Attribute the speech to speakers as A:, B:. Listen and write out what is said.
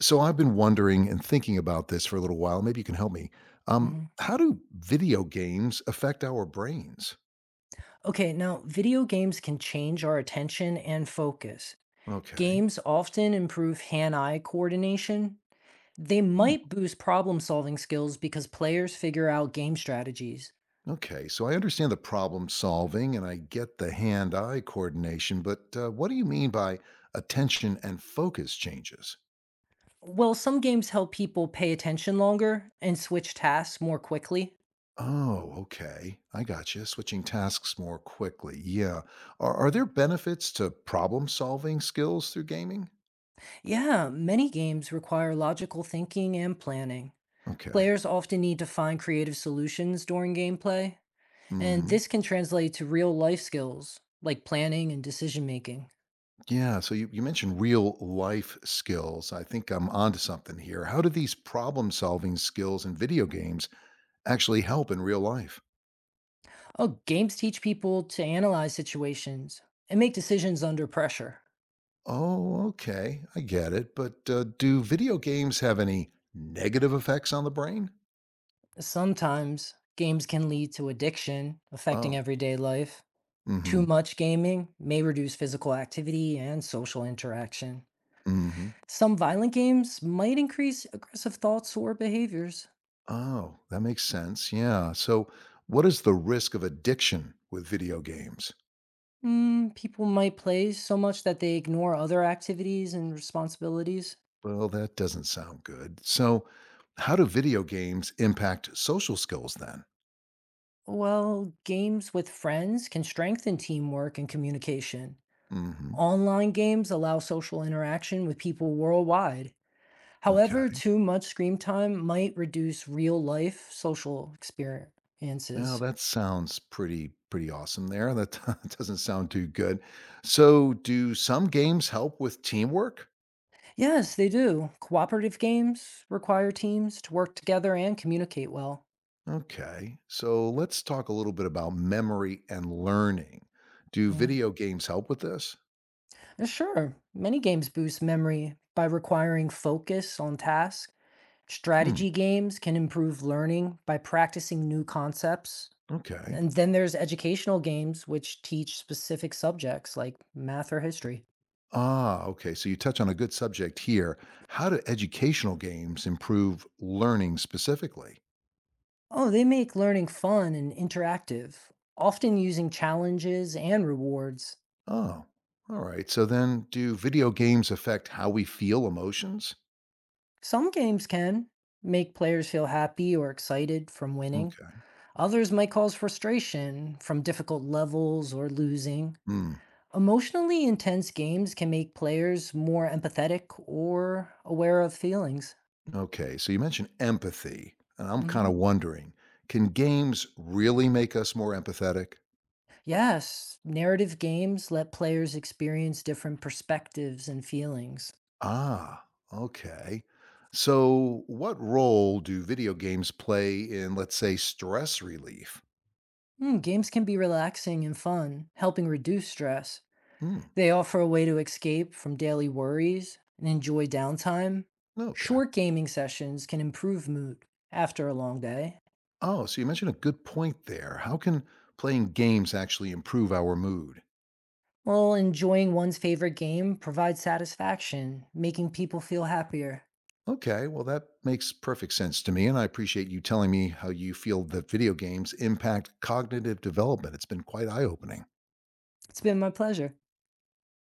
A: So I've been wondering and thinking about this for a little while. Maybe you can help me.
B: Mhm.
A: How do video games affect our brains?
B: Okay, now video games can change our attention and focus.
A: Okay.
B: Games often improve hand eye coordination. They
A: Hmm,
B: might boost problem solving skills because players figure out game strategies.
A: okay. So I understand the problem solving and I get the hand eye coordination, but what do you mean by attention and focus changes?
B: Well, some games help people pay attention longer and switch tasks more quickly.
A: Oh, okay. I gotcha. Switching tasks more quickly. Yeah. Are there benefits to problem solving skills through gaming?
B: Yeah, many games require logical thinking and planning.
A: Okay.
B: Players often need to find creative solutions during gameplay,
A: Mm
B: and
A: hmm.
B: this can translate to real life skills like planning and decision making.
A: Yeah, so you mentioned real life skills. I think I'm onto something here. How do these problem solving skills in video games actually help in real life?
B: Oh, games teach people to analyze situations and make decisions under pressure.
A: Oh, okay. I get it. But do video games have any negative effects on the brain?
B: Sometimes games can lead to addiction, affecting
A: Oh,
B: everyday life.
A: mm hmm.
B: Too much gaming may reduce physical activity and social interaction.
A: Mm hmm.
B: Some violent games might increase aggressive thoughts or behaviors.
A: Oh, that makes sense. Yeah. So, what is the risk of addiction with video games?
B: Mm, people might play so much that they ignore other activities and responsibilities.
A: Well, that doesn't sound good. So, how do video games impact social skills then?
B: Well, games with friends can strengthen teamwork and communication.
A: Mm hmm.
B: Online games allow social interaction with people worldwide. However,
A: Okay.
B: too much screen time might reduce real life social
A: Now
B: experiences.
A: that sounds pretty awesome there. That doesn't sound too good. So, do some games help with teamwork?
B: Yes, they do. Cooperative games require teams to work together and communicate well.
A: Okay. So, let's talk a little bit about memory and learning. Do
B: Mhm.
A: video games help with this?
B: Sure, many games boost memory by requiring focus on tasks.
A: Hmm,
B: Strategy games can improve learning by practicing new concepts.
A: okay.
B: And then there's educational games which teach specific subjects like math or history.
A: Ah, okay. So you touch on a good subject here. How do educational games improve learning specifically?
B: Oh, they make learning fun and interactive, often using challenges and rewards.
A: Oh, all right. So then do video games affect how we feel emotions?
B: Some games can make players feel happy or excited from winning.
A: Okay.
B: Others might cause frustration from difficult levels or losing.
A: Hmm.
B: Emotionally intense games can make players more empathetic or aware of feelings.
A: Okay, so you mentioned empathy, and I'm kind
B: Hmm.
A: of wondering, can games really make us more empathetic?
B: Yes, narrative games let players experience different perspectives and feelings.
A: Ah, okay. So, what role do video games play in, let's say, stress relief?
B: Mm, games can be relaxing and fun, helping reduce stress.
A: Hmm,
B: They offer a way to escape from daily worries and enjoy downtime.
A: okay.
B: Short gaming sessions can improve mood after a long day,
A: Oh, so you mentioned a good point there. How can playing games actually improve our mood?
B: while enjoying one's favorite game provides satisfaction, making people feel happier.
A: Okay, well, that makes perfect sense to me, and I appreciate you telling me how you feel that video games impact cognitive development. It's been quite eye opening.
B: It's been my pleasure.